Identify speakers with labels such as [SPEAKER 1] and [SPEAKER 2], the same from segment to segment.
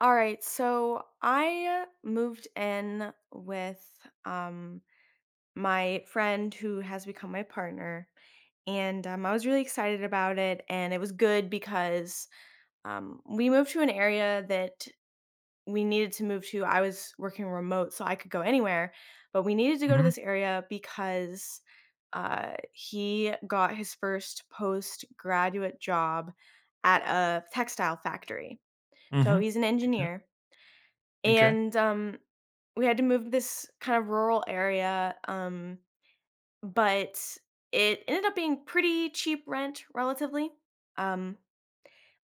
[SPEAKER 1] All right, so I moved in with um my friend who has become my partner, and I was really excited about it, and it was good because we moved to an area that we needed to move to. I was working remote, so I could go anywhere, but we needed to go to
[SPEAKER 2] Mhm.
[SPEAKER 1] this area because he got his first postgraduate job at a textile factory. So
[SPEAKER 2] Mhm.
[SPEAKER 1] he's an
[SPEAKER 2] Okay.
[SPEAKER 1] engineer
[SPEAKER 2] Okay.
[SPEAKER 1] and, we had to move to this kind of rural area, but it ended up being pretty cheap rent relatively, um,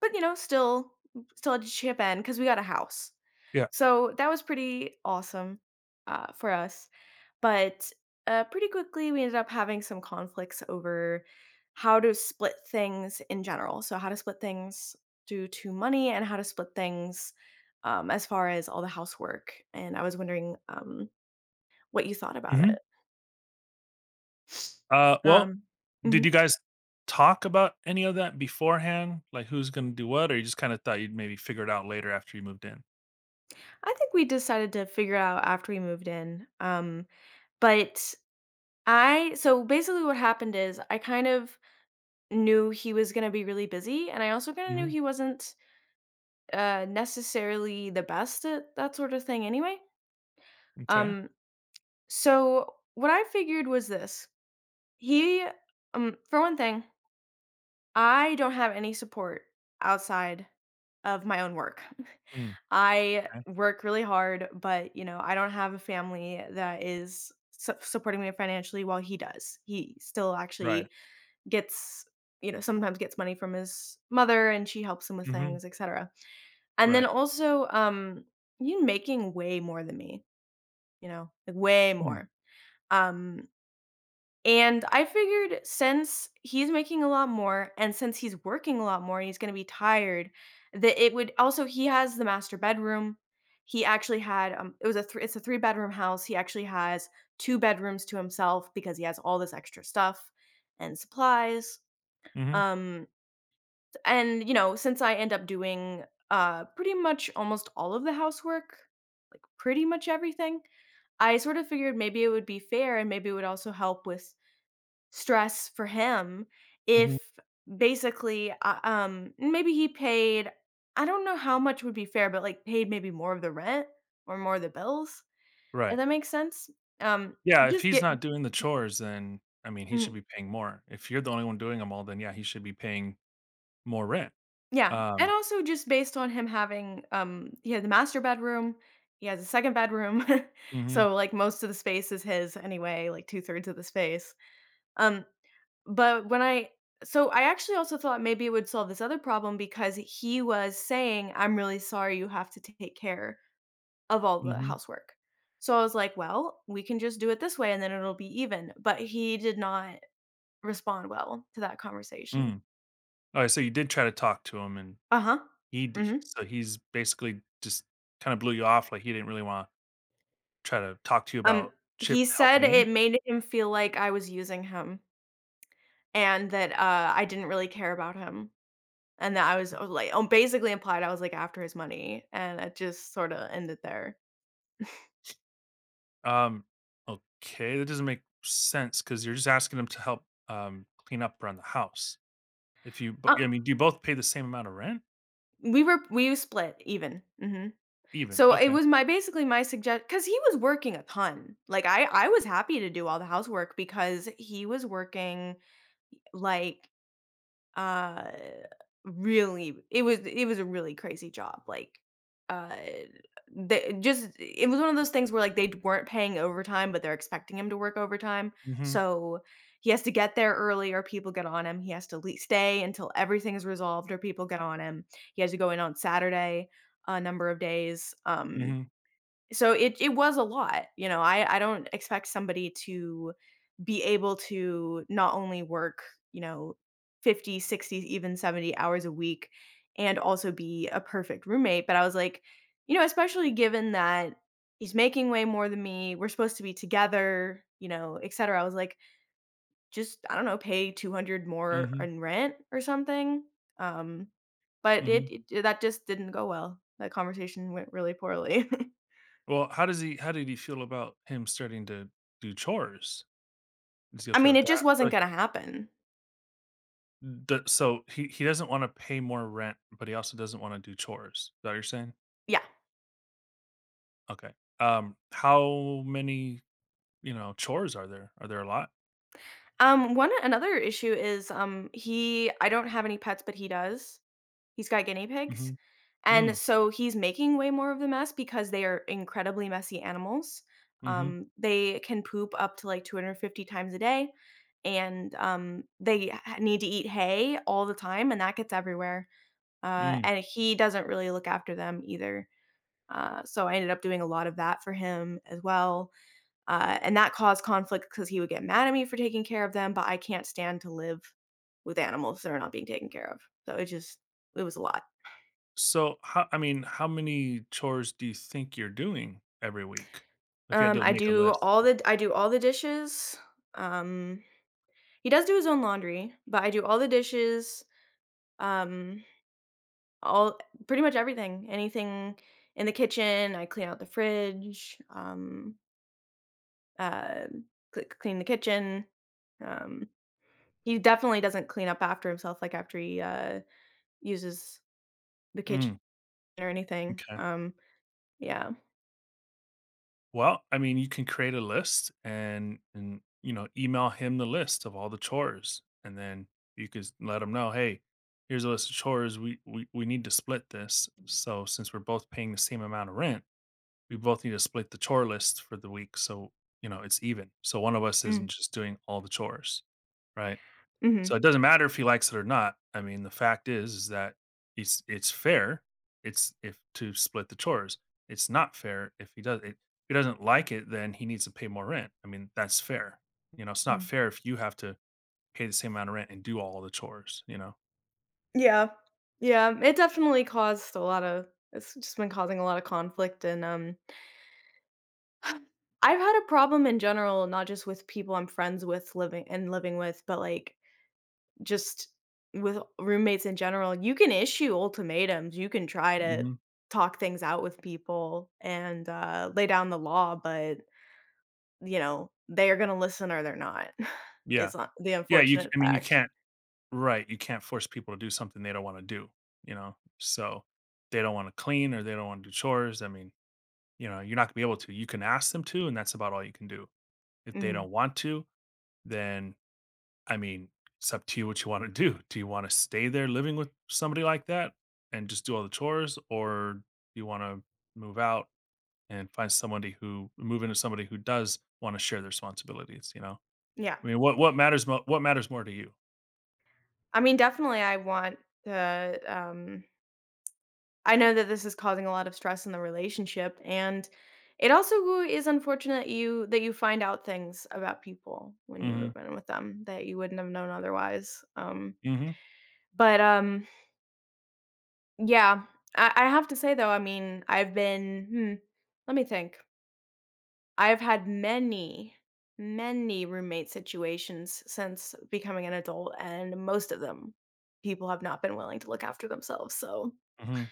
[SPEAKER 1] but, you know, still had to chip in because we got a house.
[SPEAKER 2] Yeah.
[SPEAKER 1] So, that was pretty awesome, for us. But, pretty quickly, we ended up having some conflicts over how to split things in general. So, how to split things due to money and how to split things, as far as all the housework. And I was wondering, what you thought about
[SPEAKER 2] Mhm.
[SPEAKER 1] it.
[SPEAKER 2] Well,
[SPEAKER 1] Um
[SPEAKER 2] did
[SPEAKER 1] mhm.
[SPEAKER 2] you guys talk about any of that beforehand? Like, who's gonna do what, or you just kinda thought you'd maybe figure it out later after you moved in?
[SPEAKER 1] I think we decided to figure it out after we moved in. But I so basically what happened is I kind of knew he was gonna be really busy, and I also kinda knew
[SPEAKER 2] Mhm.
[SPEAKER 1] he wasn't necessarily the best at that sort of thing anyway.
[SPEAKER 2] M'kay.
[SPEAKER 1] Um, so what I figured was this. He, for one thing, I don't have any support outside of my own work.
[SPEAKER 2] Mm.
[SPEAKER 1] I
[SPEAKER 2] 'Kay.
[SPEAKER 1] work really hard, but you know, I don't have a family that is supporting me financially while he does. He still
[SPEAKER 2] Right.
[SPEAKER 1] actually gets, you know, sometimes gets money from his mother and she helps him with
[SPEAKER 2] Mhm.
[SPEAKER 1] things, etc. And then
[SPEAKER 2] Right.
[SPEAKER 1] also, you making way more than me, you know, like way
[SPEAKER 2] Mm.
[SPEAKER 1] more. Um, and I figured since he's making a lot more and since he's working a lot more and he's gonna be tired, that it would also he has the master bedroom. He actually had um, it's a three-bedroom house. He actually has two bedrooms to himself because he has all this extra stuff and supplies.
[SPEAKER 2] Mhm.
[SPEAKER 1] Um and, you know, since I end up doing pretty much almost all of the housework, like pretty much everything, I sort of figured maybe it would be fair and maybe it would also help with stress for him if
[SPEAKER 2] Mhm.
[SPEAKER 1] basically maybe he paid I don't know how much would be fair, but like paid maybe more of the rent or more of the bills, if
[SPEAKER 2] Right.
[SPEAKER 1] that makes sense. Um
[SPEAKER 2] Yeah, if
[SPEAKER 1] just
[SPEAKER 2] he's
[SPEAKER 1] get
[SPEAKER 2] not doing the chores, then, I mean, he should
[SPEAKER 1] mm,
[SPEAKER 2] be paying more. If you're the only one doing them all, then, yeah, he should be paying more rent.
[SPEAKER 1] Yeah, and
[SPEAKER 2] um,
[SPEAKER 1] also just based on him having, he had the master bedroom, he has a second bedroom,
[SPEAKER 2] mhm.
[SPEAKER 1] so like most of the space is his anyway, like two thirds of the space. Um, but when I actually also thought maybe it would solve this other problem because he was saying, "I'm really sorry you have to take care of all the
[SPEAKER 2] Mhm.
[SPEAKER 1] housework." So I was like, "Well, we can just do it this way and then it'll be even." But he did not respond well to that conversation.
[SPEAKER 2] Mm. Alright, so you did try to talk to him and.
[SPEAKER 1] Uh-huh.
[SPEAKER 2] He d
[SPEAKER 1] Mhm.
[SPEAKER 2] So he's basically just kinda blew you off, like, he didn't really wanna try to talk to you
[SPEAKER 1] Um,
[SPEAKER 2] about Chip
[SPEAKER 1] he
[SPEAKER 2] helping
[SPEAKER 1] said
[SPEAKER 2] in.
[SPEAKER 1] it made him feel like I was using him and that, I didn't really care about him and that I was, basically implied I was, like, after his money, and it just sorta ended there.
[SPEAKER 2] Um, okay, that doesn't make sense because 'cause you're just asking him to help, clean up around the house. If you bo I
[SPEAKER 1] Um,
[SPEAKER 2] mean, do you both pay the same amount of rent?
[SPEAKER 1] we split even, mhm.
[SPEAKER 2] Even,
[SPEAKER 1] So it
[SPEAKER 2] okay.
[SPEAKER 1] was my basically my suggest because he was working a ton. Like, I was happy to do all the housework because he was working, like, Uh, really it was a really crazy job, like, uh, they just it was one of those things where, like, they weren't paying overtime, but they're expecting him to work overtime,
[SPEAKER 2] Mhm.
[SPEAKER 1] so he has to get there early or people get on him, he has to lea stay until everything is resolved or people get on him, he has to go in on Saturday a number of days,
[SPEAKER 2] Mhm.
[SPEAKER 1] so it was a lot, you know, I don't expect somebody to be able to not only work, you know, 50, 60, even 70 hours a week and also be a perfect roommate, but I was like, you know, especially given that he's making way more than me, we're supposed to be together, you know, et cetera. I was like, just I don't know, pay 200 more
[SPEAKER 2] Mhm.
[SPEAKER 1] in rent or something. Um but it,
[SPEAKER 2] Mhm.
[SPEAKER 1] it that just didn't go well. That conversation went really poorly.
[SPEAKER 2] Well, how did he feel about him starting to do chores? Is he
[SPEAKER 1] I
[SPEAKER 2] okay
[SPEAKER 1] mean,
[SPEAKER 2] with
[SPEAKER 1] it just
[SPEAKER 2] that? So
[SPEAKER 1] wasn't
[SPEAKER 2] he
[SPEAKER 1] gonna happen.
[SPEAKER 2] d so he he doesn't wanna pay more rent, but he also doesn't wanna do chores. Is that what you're saying?
[SPEAKER 1] Yeah.
[SPEAKER 2] Okay. How many chores are there? Are there a lot?
[SPEAKER 1] One another issue is he I don't have any pets, but he does. He's got guinea pigs.
[SPEAKER 2] Hmm.
[SPEAKER 1] And
[SPEAKER 2] Mm.
[SPEAKER 1] so he's making way more of the mess because they are incredibly messy animals.
[SPEAKER 2] Hmm.
[SPEAKER 1] They can poop up to like 250 times a day and they need to eat hay all the time and that gets everywhere.
[SPEAKER 2] Mm.
[SPEAKER 1] And he doesn't really look after them either. So I ended up doing a lot of that for him as well. And that caused conflict because he would get mad at me for taking care of them, but I can't stand to live with animals that are not being taken care of. So it was a lot.
[SPEAKER 2] So how I mean, how many chores do you think you're doing every week? If you had to make a list, like.
[SPEAKER 1] I do all the dishes. Um, he does do his own laundry, but I do all the dishes. Um, all pretty much everything, anything in the kitchen. I clean out the fridge. Uh, clean the kitchen. Um, he definitely doesn't clean up after himself like after he uses the kitchen
[SPEAKER 2] Mm.
[SPEAKER 1] or anything,
[SPEAKER 2] Okay.
[SPEAKER 1] yeah.
[SPEAKER 2] Well, I mean, you can create a list and email him the list of all the chores. And then you could let him know, hey, here's a list of chores. We need to split this. So since we're both paying the same amount of rent. We both need to split the chore list for the week, so it's even, so one of us
[SPEAKER 1] Mm,
[SPEAKER 2] isn't just doing all the chores, right? So
[SPEAKER 1] mhm,
[SPEAKER 2] it doesn't matter if he likes it or not. I mean, the fact is that it's fair. It's if to split the chores. It's not fair if he does it. If he doesn't like it, then he needs to pay more rent. I mean, that's fair. You know, it's not
[SPEAKER 1] mhm.
[SPEAKER 2] fair if you have to pay the same amount of rent and do all the chores, you know?
[SPEAKER 1] Yeah, yeah, it definitely caused a lot of it's just been causing a lot of conflict and, I've had a problem in general, not just with people I'm friends with living and living with, but, like, just with roommates in general. You can issue ultimatums, you can try to
[SPEAKER 2] Hmm.
[SPEAKER 1] talk things out with people and, lay down the law, but, you know, they are gonna listen or they're not
[SPEAKER 2] Yeah.
[SPEAKER 1] is, the
[SPEAKER 2] Yeah,
[SPEAKER 1] unfortunate
[SPEAKER 2] I mean, you
[SPEAKER 1] fact.
[SPEAKER 2] can't. Right, you can't force people to do something they don't wanna do, you know? So, they don't wanna clean or they don't wanna do chores. I mean, you're not gonna be able to. You can ask them to, and that's about all you can do. If they
[SPEAKER 1] Mm.
[SPEAKER 2] don't want to, then, I mean, it's up to you what you wanna do. Do you wanna stay there living with somebody like that and just do all the chores, or do you wanna move out and find somebody who move into somebody who does wanna share their responsibilities, you know?
[SPEAKER 1] Yeah.
[SPEAKER 2] I mean, what matters more to you?
[SPEAKER 1] I mean, definitely I want the I know that this is causing a lot of stress in the relationship and it also is unfortunate you find out things about people when you
[SPEAKER 2] Mhm.
[SPEAKER 1] move in with them that you wouldn't have known otherwise.
[SPEAKER 2] Mhm.
[SPEAKER 1] But yeah, I have to say though, I mean, let me think. I've had many roommate situations since becoming an adult and most of them people have not been willing to look after themselves. So
[SPEAKER 2] Mhm.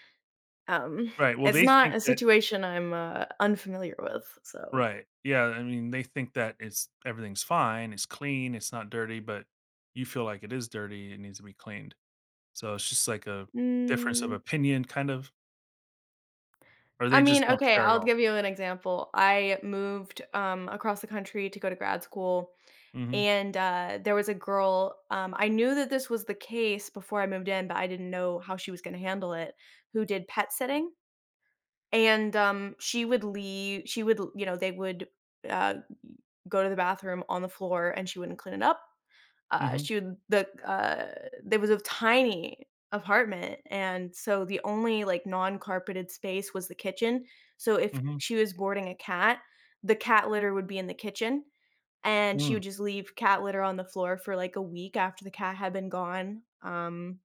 [SPEAKER 1] Um,
[SPEAKER 2] Right, well,
[SPEAKER 1] it's
[SPEAKER 2] they
[SPEAKER 1] not
[SPEAKER 2] think
[SPEAKER 1] a
[SPEAKER 2] that.
[SPEAKER 1] situation I'm, unfamiliar with, so
[SPEAKER 2] Right, yeah, I mean, they think that it's everything's fine, it's clean, it's not dirty, but you feel like it is dirty, it needs to be cleaned. So it's just like a difference of
[SPEAKER 1] mm,
[SPEAKER 2] opinion kind of, or
[SPEAKER 1] I
[SPEAKER 2] they just
[SPEAKER 1] mean,
[SPEAKER 2] don't
[SPEAKER 1] okay,
[SPEAKER 2] care at
[SPEAKER 1] I'll
[SPEAKER 2] all.
[SPEAKER 1] give you an example. I moved, across the country to go to grad school,
[SPEAKER 2] Mhm.
[SPEAKER 1] and, there was a girl, I knew that this was the case before I moved in, but I didn't know how she was gonna handle it, who did pet sitting, and, she would you know, they would, uh, go to the bathroom on the floor, and she wouldn't clean it up.
[SPEAKER 2] Mhm.
[SPEAKER 1] She would the there was a tiny apartment, and so the only, like, non-carpeted space was the kitchen, so if
[SPEAKER 2] Mhm.
[SPEAKER 1] she was boarding a cat, the cat litter would be in the kitchen, and she
[SPEAKER 2] Mm.
[SPEAKER 1] would just leave cat litter on the floor for, like, a week after the cat had been gone.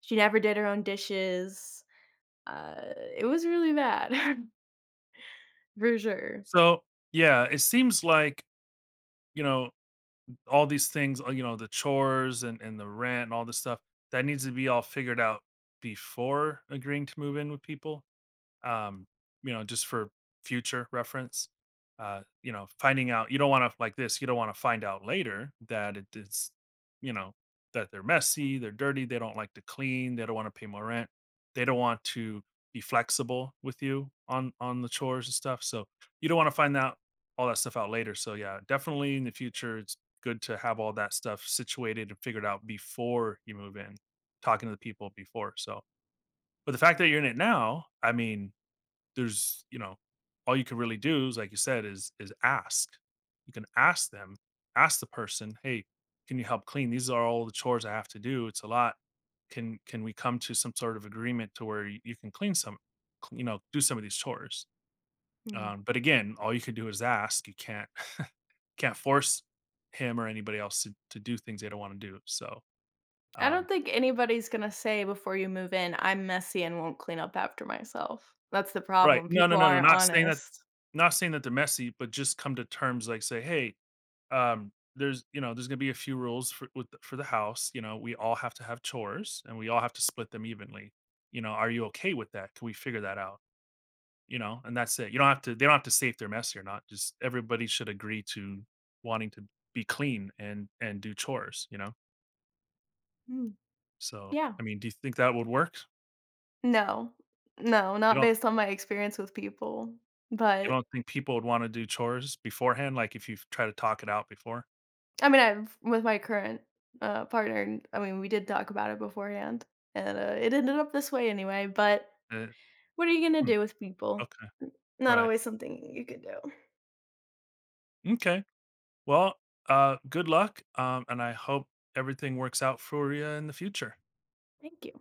[SPEAKER 1] She never did her own dishes. It was really bad, for sure.
[SPEAKER 2] So, yeah, it seems like, you know, all these things, the chores and the rent and all this stuff, that needs to be all figured out before agreeing to move in with people. um, just for future reference. Finding out you don't want to like this. You don't want to find out later that it is, you know, that they're messy, they're dirty, they don't like to clean, they don't want to pay more rent, they don't want to be flexible with you on the chores and stuff. So you don't want to find out all that stuff out later. So yeah, definitely in the future, it's good to have all that stuff situated and figured out before you move in, talking to the people before. So, but the fact that you're in it now, I mean, there's, all you can really do is, like you said, is ask. You can ask them, ask the person, "Hey, can you help clean? These are all the chores I have to do. It's a lot. Can we come to some sort of agreement to where you can clean some, do some of these chores?"
[SPEAKER 1] Hmm.
[SPEAKER 2] But again, all you can do is ask. You can't can't force him or anybody else to do things they don't want to do. So,
[SPEAKER 1] I don't
[SPEAKER 2] um,
[SPEAKER 1] think anybody's gonna say before you move in, "I'm messy and won't clean up after myself." That's the
[SPEAKER 2] right?
[SPEAKER 1] problem,
[SPEAKER 2] No, no,
[SPEAKER 1] people
[SPEAKER 2] no, no.
[SPEAKER 1] aren't
[SPEAKER 2] Not saying that.
[SPEAKER 1] honest.
[SPEAKER 2] Not saying that they're messy, but just come to terms. Like, say, "Hey, there's you know there's going to be a few rules for the house. We all have to have chores and we all have to split them evenly. Are you okay with that? Can we figure that out? And that's it. You don't have to They don't have to say if they're messy or not. Just everybody should agree to wanting to be clean and do chores."
[SPEAKER 1] Mm,
[SPEAKER 2] So
[SPEAKER 1] yeah.
[SPEAKER 2] I mean, do you think that would work?
[SPEAKER 1] No. No,
[SPEAKER 2] you
[SPEAKER 1] not
[SPEAKER 2] don't
[SPEAKER 1] based on my experience with people,
[SPEAKER 2] you
[SPEAKER 1] but
[SPEAKER 2] don't think people would want to do chores beforehand, like if you try to talk it out before?
[SPEAKER 1] I've with my current, partner, I mean, we did talk about it beforehand, and, it ended up this way anyway, but
[SPEAKER 2] Uh,
[SPEAKER 1] what are you gonna
[SPEAKER 2] hmm.
[SPEAKER 1] do with people?
[SPEAKER 2] Okay.
[SPEAKER 1] Not
[SPEAKER 2] Right.
[SPEAKER 1] always something you could do.
[SPEAKER 2] Okay. Well, good luck, and I hope everything works out for you in the future.
[SPEAKER 1] Thank you.